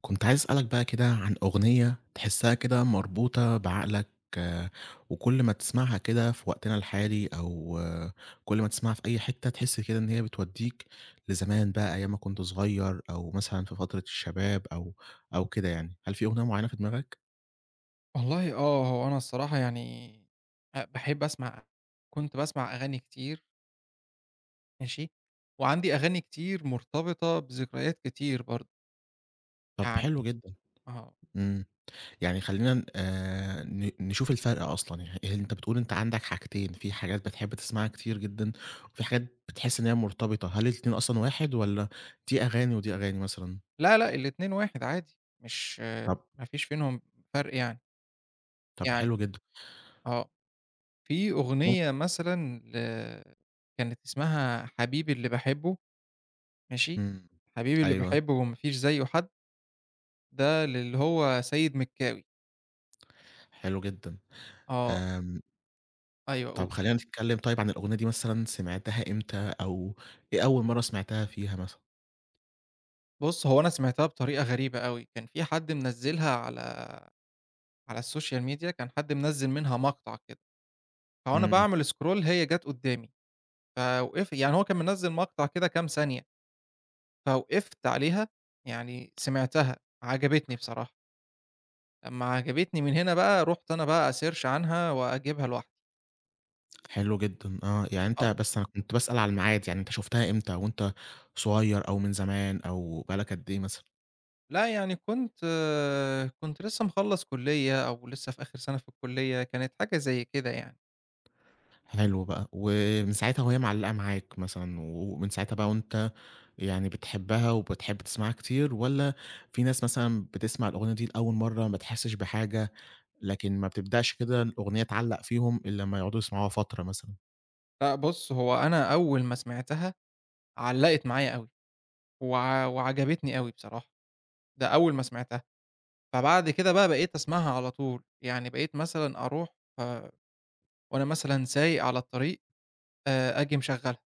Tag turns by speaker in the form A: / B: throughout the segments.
A: كنت عايز أسألك بقى كده عن أغنية تحسها كده مربوطة بعقلك، آه، وكل ما تسمعها كده في وقتنا الحالي أو آه، كل ما تسمعها في أي حتة تحس كده إن هي بتوديك لزمان بقى أيام ما كنت صغير أو مثلا في فترة الشباب أو كده، يعني هل في أغنية معينة في دماغك؟
B: والله هو أنا الصراحة يعني باحب أسمع. كنت باسمع أغاني كتير. ماشي، وعندي أغاني كتير مرتبطة بذكريات كتير برضه.
A: طب
B: يعني
A: حلو جدا.
B: آه،
A: إمم. يعني خلّينا ن نشوف الفرق أصلًا، يعني أنت بتقول أنت عندك حاجتين، في حاجات بتحب تسمعها كتير جدًا، وفي حاجات بتحس إن هي مرتبطة، هل الاتنين أصلًا واحد والّا دي أغاني ودي أغاني مثلًا؟
B: لا، لأ، الاتنين واحد عادي، مش
A: طب
B: ما فيش بينهم فرق يعني.
A: طب
B: يعني
A: حلو جدًا،
B: آه، في
A: ممكن.
B: أغنية مثلًا كانت اسمها حبيبي اللي باحبه. ماشي.
A: إمم،
B: حبيبي اللي
A: أيوه،
B: باحبه وما فيش زيه حد، ده للي هو سيد مكاوي.
A: حلو جدًا،
B: آه،
A: آمم.
B: أيوه قول.
A: طب خلّينا نتكلم طيب عن الأغنية دي، مثلًا سمعتها إمتى، أو إيه أول مرّة سمعتها فيها مثلًا؟
B: بُص، هو أنا سمعتها بطريقة غريبة أوي، كان في حد منزّلها على السوشيال ميديا، كان حد منزّل منها مقطع كده. فوأنا
A: إمم،
B: باعمل scroll هي جات قدّامي. فوقف يعني هو كان منزّل مقطع كده كام ثانية، فوقفت عليها، يعني سمعتها. عجبتني بصراحة، لمّا عجبتني من هنا بقى رُحت أنا بقى أسيرش عنها وأجيبها لوحدي.
A: حلو جدًا، آه، يعني أنت
B: آه.
A: بس أنا كنت باسأل على الميعاد، يعني أنت شُفتها إمتى وأنت صغير أو من زمان أو بقى لك قد إيه مثلًا؟
B: لأ يعني كنت لسه مخلّص كلية أو لسه في آخر سنة في الكلية، كانت حاجة زي كده يعني.
A: حلو بقى، ومن ساعتها وهي معلّقة معاك مثلًا، ومن ساعتها بقى وأنت يعني بتحبها وبتحب تسمعها كتير، والّا في ناس مثلًا بتسمع الأغنية دي لأول مرّة ما تحسش بحاجة، لكن ما بتبدأش كده الأغنية تعلّق فيهم إلا لمّا يقعدوا يسمعوها فترة مثلًا؟
B: لأ بُص، هو أنا أول ما سمعتها علّقت معايا أوي. وعجبتني أوي بصراحة، ده أول ما سمعتها. فبعد كده بقى بقيت أسمعها على طول، يعني بقيت مثلًا أروح، آآ وأنا مثلًا سايق على الطريق، آجي مشغّلها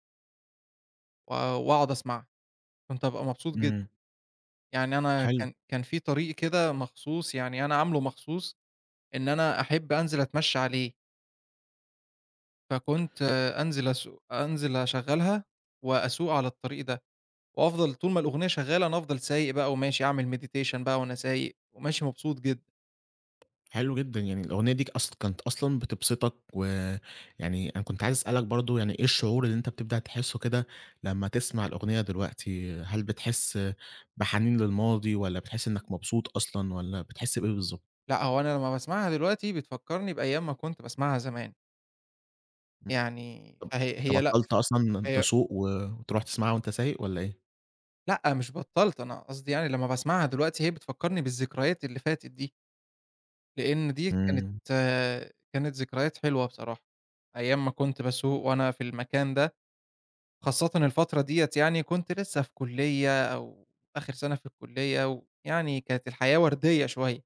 B: وأقعد أسمعها. كنت أبقى مبسوط جدًا.
A: إمم،
B: يعني أنا
A: حلو.
B: كان في طريق كده مخصوص، يعني أنا عامله مخصوص إن أنا أحب أنزل أتمشى عليه. فكنت أنزل أسوق أنزل أشغّلها وأسوق على الطريق ده، وأفضل طول ما الأغنية شغّالة أنا أفضل سايق بقى وماشي أعمل meditation بقى وأنا سايق، وماشي مبسوط جدًا.
A: حلو جدًا، يعني الأغنية دي أصل كانت أصلًا بتبسطك، ويعني أنا كنت عايز أسألك برضه يعني إيه الشعور اللي أنت بتبدأ تحسه كده لمّا تسمع الأغنية دلوقتي؟ هل بتحس بحنين للماضي، والّا بتحس إنك مبسوط أصلًا، والّا بتحس بإيه بالضبط؟
B: لأ، هو أنا لمّا باسمعها دلوقتي بتفكّرني بأيام ما كنت باسمعها زمان.
A: إمم.
B: يعني
A: طب
B: فهي
A: أنت
B: هي لأ،
A: بطلت أصلًا
B: هي
A: تسوق وتروح تسمعها وأنت سايق والّا إيه؟
B: لأ، مش بطّلت. أنا قصدي يعني لمّا باسمعها دلوقتي هي بتفكّرني بالذكريات اللي فاتت دي، لإن دي
A: إمم،
B: كانت ذكريات حلوة بصراحة، أيام ما كنت باسوق وأنا في المكان ده. خاصةً الفترة ديّة يعني كنت لسه في كُلّية أو آخر سَنة في الكُلّية، ويعني كانت الحياة وردية شوية.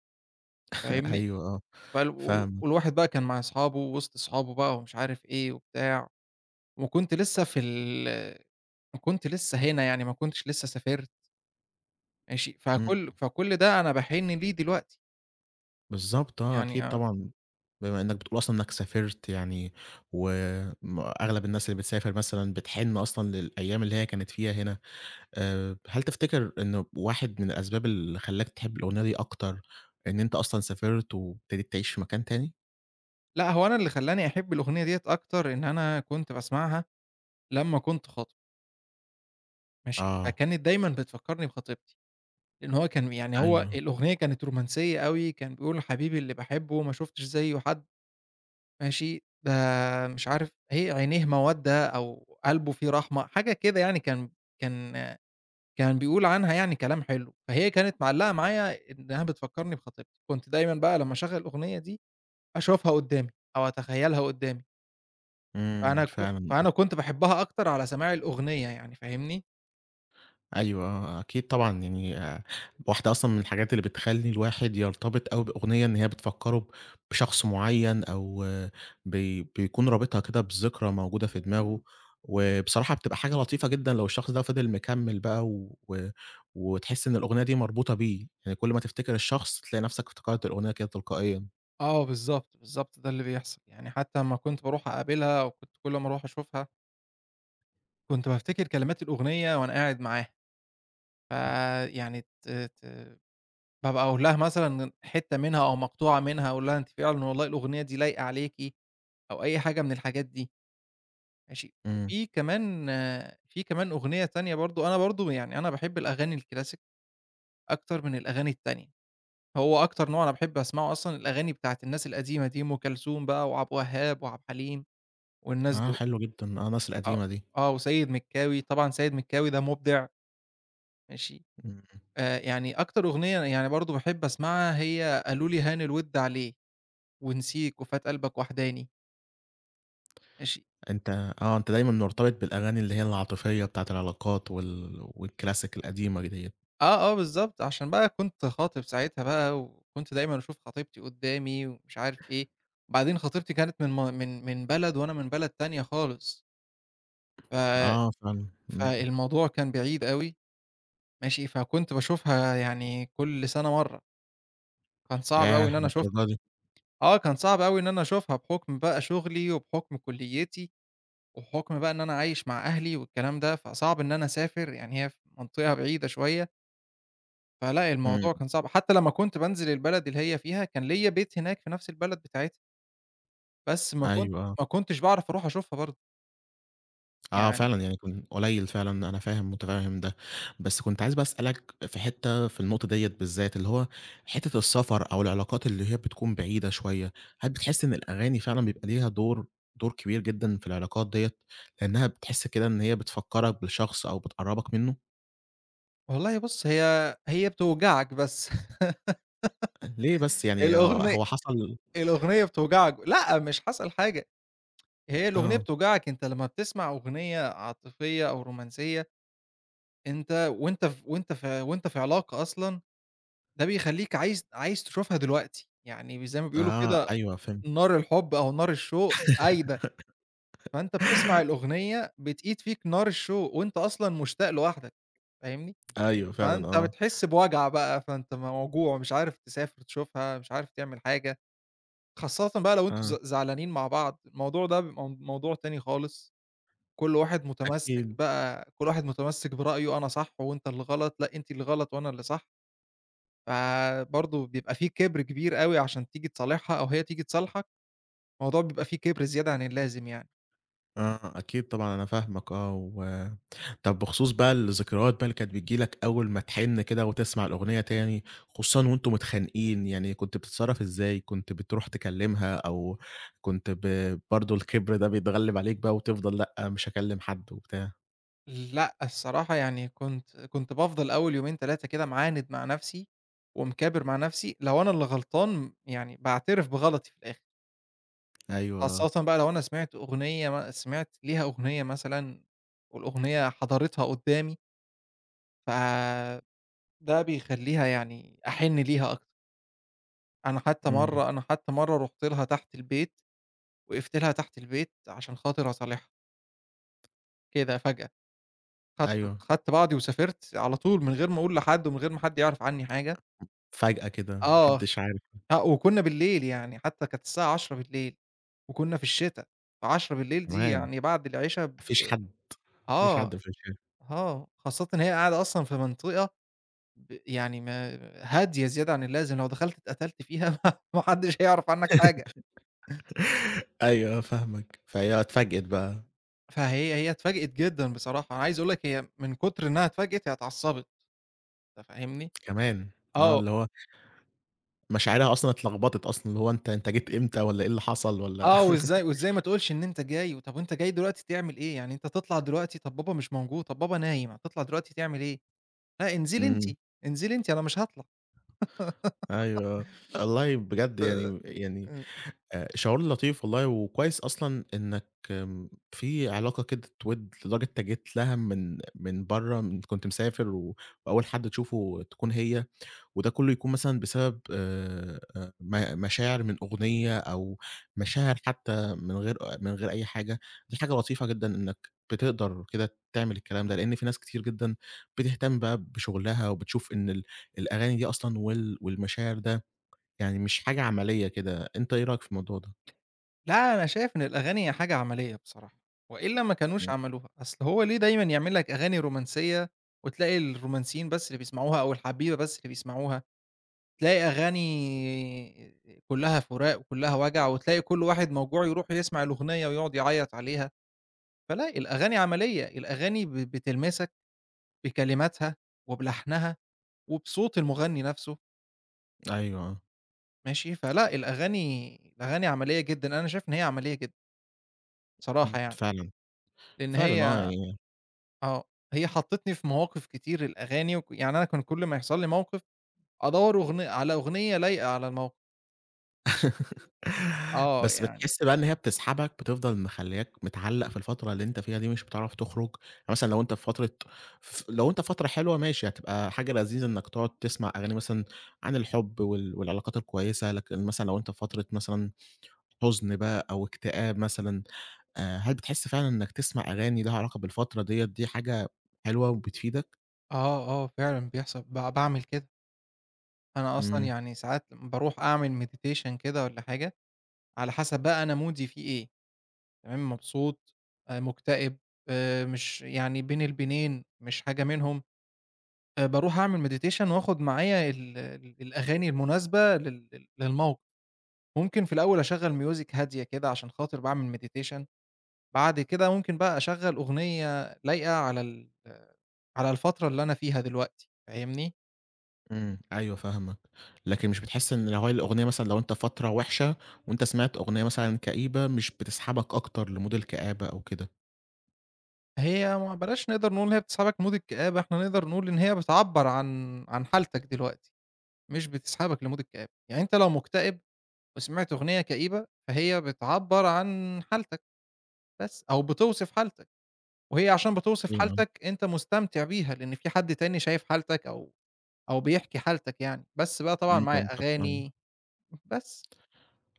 B: فاهمني؟
A: أيوه، آه،
B: فال وال
A: فاهمك،
B: والواحد بقى كان مع أصحابه ووسط أصحابه بقى ومش عارف إيه وبتاع. وكنت لسه في ال وكنت لسه هنا يعني ما كنتش لسه سافرت. ماشي،
A: إمم.
B: فكل ده أنا باحن ليه دلوقتي.
A: بالضبط آه،
B: يعني
A: أكيد طبعًا، بما إنّك بتقول أصلًا إنّك سافرت يعني وأغلب الناس اللي بتسافر مثلًا بتحِن أصلًا للأيام اللي هي كانت فيها هنا، هل تفتكر إنه واحد من الأسباب اللي خلّاك تحب الأغنية دي أكتر إن أنت أصلًا سافرت وابتديت تعيش في مكان تاني؟
B: لأ هو أنا اللي خلّاني أحب الأغنية ديّة أكتر إن أنا كنت باسمعها لمّا كنت خاطب. ماشي،
A: آه،
B: فكانت دايمًا بتفكّرني بخطيبتي، لإن هو
A: أيوه،
B: الأغنية كانت رومانسية أوي، كان بيقول حبيبي اللي باحبه ما شُفتش زيّه حد. ماشي، ده مش عارف إيه عينيه مَوَدّة أو قلبه فيه رحمة، حاجة كده يعني كان كان بيقول عنها يعني كلام حلو. فهي كانت معلّقة معايا إنها بتفكّرني بخطيبتي، كنت دايمًا بقى لمّا أشغّل الأغنية دي أشوفها قدّامي أو أتخيّلها قدّامي.
A: إمم، فعلًا.
B: فأنا كنت باحبها أكتر على سماع الأغنية يعني. فاهمني؟
A: أيوه آه، أكيد طبعًا يعني واحدة أصلًا من الحاجات اللي بتخلّي الواحد يرتبط أوي بأغنية إن هي بتفكّره بشخص معيّن أو آه، بيكون رابطها كده بذكرى موجودة في دماغه، وبصراحة بتبقى حاجة لطيفة جدًا لو الشخص ده فضل مكمّل بقى وتحس إن الأغنية دي مربوطة بيه، يعني كل ما تفتكر الشخص تلاقي نفسك افتكرت الأغنية كده تلقائيًا.
B: آه بالضبط، بالضبط ده اللي بيحصل، يعني حتى أمّا كنت باروح أقابلها أو كنت كل ما أروح أشوفها، كنت بافتكر كلمات الأغنية وأنا قاعد معاها.
A: إمم،
B: فيعني ت ت بابقى أقول لها مثلًا حتّة منها أو مقطوعة منها، أقول لها أنتِ فعلًا والله الأغنية دي لايقة عليكِ، أو أي حاجة من الحاجات دي. ماشي،
A: إمم،
B: وفي كمان آه، في كمان أغنية تانية برضه. أنا برضه يعني أنا باحب الأغاني الclassic أكتر من الأغاني التانية. هو أكتر نوع أنا باحب أسمعه أصلًا الأغاني بتاعة الناس القديمة دي، أم كلثوم بقى وعبد الوهاب وعبد الحليم والناس
A: آه،
B: دول.
A: حلو جدًا، آه، الناس
B: آه،
A: القديمة دي.
B: آه، وسيد مكاوي، طبعًا سيد مكاوي ده مبدع. ماشي،
A: إمم.
B: يعني أكتر أغنية يعني برضه باحب أسمعها هي قالوا لي هان الود عليه، ونسيك، وفات قلبك وحداني. ماشي.
A: أنت آه، أنت دايمًا مرتبط بالأغاني اللي هي العاطفية بتاعة العلاقات وال والكلاسيك القديمة ديّة.
B: آه، آه، بالضبط، عشان بقى كنت خاطب ساعتها بقى، وكنت دايمًا أشوف خطيبتي قدّامي ومش عارف إيه. وبعدين خطيبتي كانت من بلد وأنا من بلد تانية خالص. ف
A: آه فعلًا، إمم.
B: فالموضوع كان بعيد أوي. ماشي، فكنت باشوفها يعني كل سَنة مرّة. كان صعب
A: ياه!
B: أوي إن أنا أشوفها.
A: للدرجة دي!
B: آه، كان صعب أوي إن أنا أشوفها بحُكم بقى شُغلي وبحُكم كُلّيتي، وبحُكم بقى إن أنا عايش مع أهلي والكلام ده، فصعب إن أنا أسافر، يعني هي في منطقة بعيدة شوية. فلأ،
A: إمم،
B: الموضوع كان صعب، حتى لمّا كنت بانزل البلد اللي هي فيها، كان ليّا بيت هناك في نفس البلد بتاعتها، بس
A: أيوه آه.
B: ما كنتش باعرف أروح أشوفها برضه
A: آه
B: يعني.
A: فعلًا يعني كن قليل فعلًا، أنا فاهم متفهم ده. بس كنت عايز بقى أسألك في حتّة في النقطة ديّة بالذات، اللي هو حتّة السفر أو العلاقات اللي هي بتكون بعيدة شوية، هل بتحس إن الأغاني فعلًا بيبقى ليها دور كبير جدًا في العلاقات ديّة؟ لإنها بتحس كده إن هي بتفكّرك بالشخص أو بتقرّبك منه؟
B: والله بُص، هي بتوجعك بس
A: ليه بس، يعني هو
B: الأغني
A: هو حصل
B: الأغنية بتوجعك. لأ، مش حصل حاجة، هي الأغنية
A: آه،
B: بتوجعك. أنت لمّا بتسمع أغنية عاطفية أو رومانسية، أنت وأنت ف وأنت في وأنت في علاقة أصلًا، ده بيخلّيك عايز تشوفها دلوقتي، يعني زي ما بيقولوا
A: آه،
B: كده
A: أيوه فهمت.
B: نار الحب أو نار الشوق قايدة. فأنت بتسمع الأغنية بتقيد فيك نار الشوق، وأنت أصلًا مشتاق لوحدك. فاهمني؟
A: أيوه فعلًا
B: فأنت
A: آه،
B: بتحس بوجع بقى، فأنت موجوع مش عارف تسافر تشوفها، مش عارف تعمل حاجة. خاصةً بقى لو أنتم
A: آه،
B: زعلانين مع بعض، الموضوع ده بيبقى موضوع تاني خالص. كل واحد متمسك
A: أكيد،
B: بقى كل واحد متمسك برأيه، أنا صح وأنت اللي غلط، لأ أنتِ اللي غلط وأنا اللي صح. فبرضه بيبقى في كِبْر كبير أوي عشان تيجي تصالحها أو هي تيجي تصالحك، الموضوع بيبقى في كِبْر زيادة عن اللازم يعني.
A: آه، أكيد طبعًا أنا فاهمك آه. و طب بخصوص بقى الذكريات بقى اللي كانت بتيجي لك أول ما تحِن كده وتسمع الأغنية تاني، خصوصًا وأنتم متخانقين، يعني كنت بتتصرّف إزاي؟ كنت بتروح تكلّمها، أو كنت ب برضه الكِبر ده بيتغلِّب عليك بقى وتفضل لأ، مش هاكلّم حد وبتاع؟
B: لأ الصراحة يعني كنت بافضل أول 2 يومين 3 كده معاند مع نفسي، ومكابر مع نفسي، لو أنا اللي غلطان يعني باعترف بغلطي في الآخر.
A: أيوه، آه،
B: خاصةً بقى لو أنا سمعت ليها أغنية مثلًا والأغنية حضرتها قدّامي، فده بيخلّيها يعني أحِن ليها أكتر.
A: إمم،
B: أنا حتى مرّة رُحت لها تحت البيت، وقفت لها تحت البيت عشان خاطر أصالحها، كده فجأة.
A: أيوه،
B: خدت بعضي وسافرت على طول من غير ما أقول لحد ومن غير ما حد يعرف عني حاجة.
A: فجأة كده ما
B: آه،
A: حدّش عارف،
B: لأ وكنا بالليل يعني حتى كانت الساعة 22:00 وكنا في الشتا. ف22:00 دي
A: كمان
B: يعني بعد العِشا ب
A: ما فيش حد. ما فيش
B: آه،
A: حد في الشارع.
B: آه، خاصةً هي قاعدة أصلًا في منطقة يعني ما هادية زيادة عن اللازم، لو دخلت اتقتلت فيها ما حدش هيعرف عنك حاجة.
A: أيوه آه، فاهمك، فهي اتفاجئت بقى
B: فهي اتفاجئت جدًا بصراحة، أنا عايز أقول لك هي من كتر إنها اتفاجئت هي اتعصبت. أنت فاهمني؟
A: كمان، آه،
B: آه،
A: اللي هو مشاعرها أصلًا اتلخبطت أصلًا، اللي هو أنت جيت إمتى والّا إيه اللي حصل والّا
B: آه وإزاي وإزاي ما تقولش إن أنت جاي، وطب وأنت جاي دلوقتي تعمل إيه؟ يعني أنت تطلع دلوقتي، طب بابا مش موجود، طب بابا نايم، هتطلع دلوقتي تعمل إيه؟ لأ، انزلي أنتِ،
A: إمم،
B: انزلي أنتِ أنا مش هاطلع.
A: أيوه، آه. والله بجد
B: ف
A: يعني
B: إمم.
A: شعور لطيف والله وكويس أصلًا إنك آمم، في علاقة كده وِد لدرجة أنت جيت لها من برّه، من كنت مسافر وأول حد تشوفه تكون هي. وده كله يكون مثلًا بسبب م مشاعر من أغنية أو مشاعر حتى من غير أي حاجة، دي حاجة لطيفة جدًا إنك بتقدر كده تعمل الكلام ده، لأن في ناس كتير جدًا بتهتم بقى بشغلها وبتشوف إن الأغاني دي أصلًا وال والمشاعر ده، يعني مش حاجة عملية كده، أنت إيه رأيك في الموضوع ده؟
B: لأ، أنا شايف إن الأغاني هي حاجة عملية بصراحة، وإلا ما كانوش
A: إمم،
B: عملوها. أصل هو ليه دايمًا يعمل لك أغاني رومانسية وتلاقي الرومانسيين بس اللي بيسمعوها أو الحبيبة بس اللي بيسمعوها، تلاقي أغاني كلّها فراق وكلّها وجع وتلاقي كل واحد موجوع يروح يسمع الأغنية ويقعد يعيّط عليها. فلأ، الأغاني عملية، الأغاني بتلمسك بكلماتها وبلحنها وبصوت المغني نفسه.
A: أيوه، آه،
B: ماشي، فلأ الأغاني عمليّة جدًا، أنا شايف إن هي عمليّة جدًا
A: إمم،
B: بصراحة يعني،
A: فعلًا،
B: لإن
A: فعلًا آه يعني.
B: آه، هي حطّتني في مواقف كتير. الأغاني يعني أنا كل ما يحصل لي موقف أدوّر على أغنية لايقة على الموقف. آه
A: بس
B: يعني
A: بتحس بقى إن هي بتسحبك، بتفضل مخلّياك متعلّق في الفترة اللي أنت فيها دي، مش بتعرف تخرج، يعني مثلًا لو أنت في فترة لو أنت في فترة حلوة ماشي، هتبقى حاجة لذيذة إنك تقعد تسمع أغاني مثلًا عن الحب وال والعلاقات الكويسة، لكن مثلًا لو أنت في فترة مثلًا حزن بقى أو اكتئاب مثلًا، هل بتحس فعلًا إنك تسمع أغاني ليها علاقة بالفترة ديّة، دي حاجة حلوة وبتفيدك؟
B: آه فعلًا بيحصل، باعمل كده. أنا أصلًا
A: إمم.
B: يعني ساعات لمّا باروح أعمل meditation كده والّا حاجة، على حسب بقى أنا مودي فيه إيه، تمام مبسوط، مكتئب، مش يعني بين البينين، مش حاجة منهم. باروح أعمل meditation وآخُد معايا ال ال الأغاني المناسبة لل لل للموقف. ممكن في الأول أشغّل music هادية كده عشان خاطر باعمل meditation، بعد كده ممكن بقى أشغّل أغنية لايقة على على الفترة اللي أنا فيها دلوقتي. فاهمني؟
A: إمم، أيوه فاهمك، لكن مش بتحس إن لو هي الأغنية مثلًا لو أنت في فترة وحشة وأنت سمعت أغنية مثلًا كئيبة مش بتسحبك أكتر لمود الكآبة أو كده؟
B: هي ما بلاش نقدر نقول إن هي بتسحبك mood اكتئاب، إحنا نقدر نقول إن هي بتعبّر عن حالتك دلوقتي، مش بتسحبك لmood اكتئاب، يعني أنت لو مُكتئب وسمعت أغنية كئيبة، فهي بتعبّر عن حالتك بس، أو بتوصف حالتك. وهي عشان بتوصف
A: أيوه،
B: حالتك أنت مستمتع بيها، لإن في حد تاني شايف حالتك أو بيحكي حالتك يعني، بس بقى طبعًا
A: إمم،
B: مع
A: آه
B: الأغاني بس.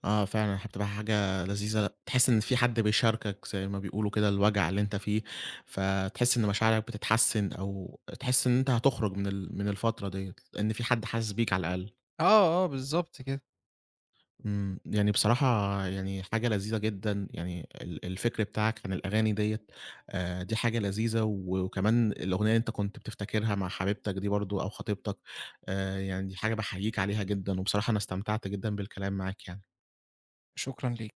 A: آه، فعلًا هتبقى حاجة لذيذة، تحس إن في حد بيشاركك زي ما بيقولوا كده الوجع اللي أنت فيه، فتحس إن مشاعرك بتتحسن أو تحس إن أنت هتخرج من ال من الفترة ديّة، إن في حد حاسس بيك على الأقل.
B: آه، آه، بالضبط كده.
A: إمم، يعني بصراحة حاجة لذيذة جدًا، يعني الفكر بتاعك عن الأغاني ديّة، دي حاجة لذيذة، وكمان الأغنية اللي أنت كنت بتفتكرها مع حبيبتك دي برضه أو خطيبتك، يعني دي حاجة باحييك عليها جدًا، وبصراحة أنا استمتعت جدًا بالكلام معاك يعني.
B: شكرًا ليك.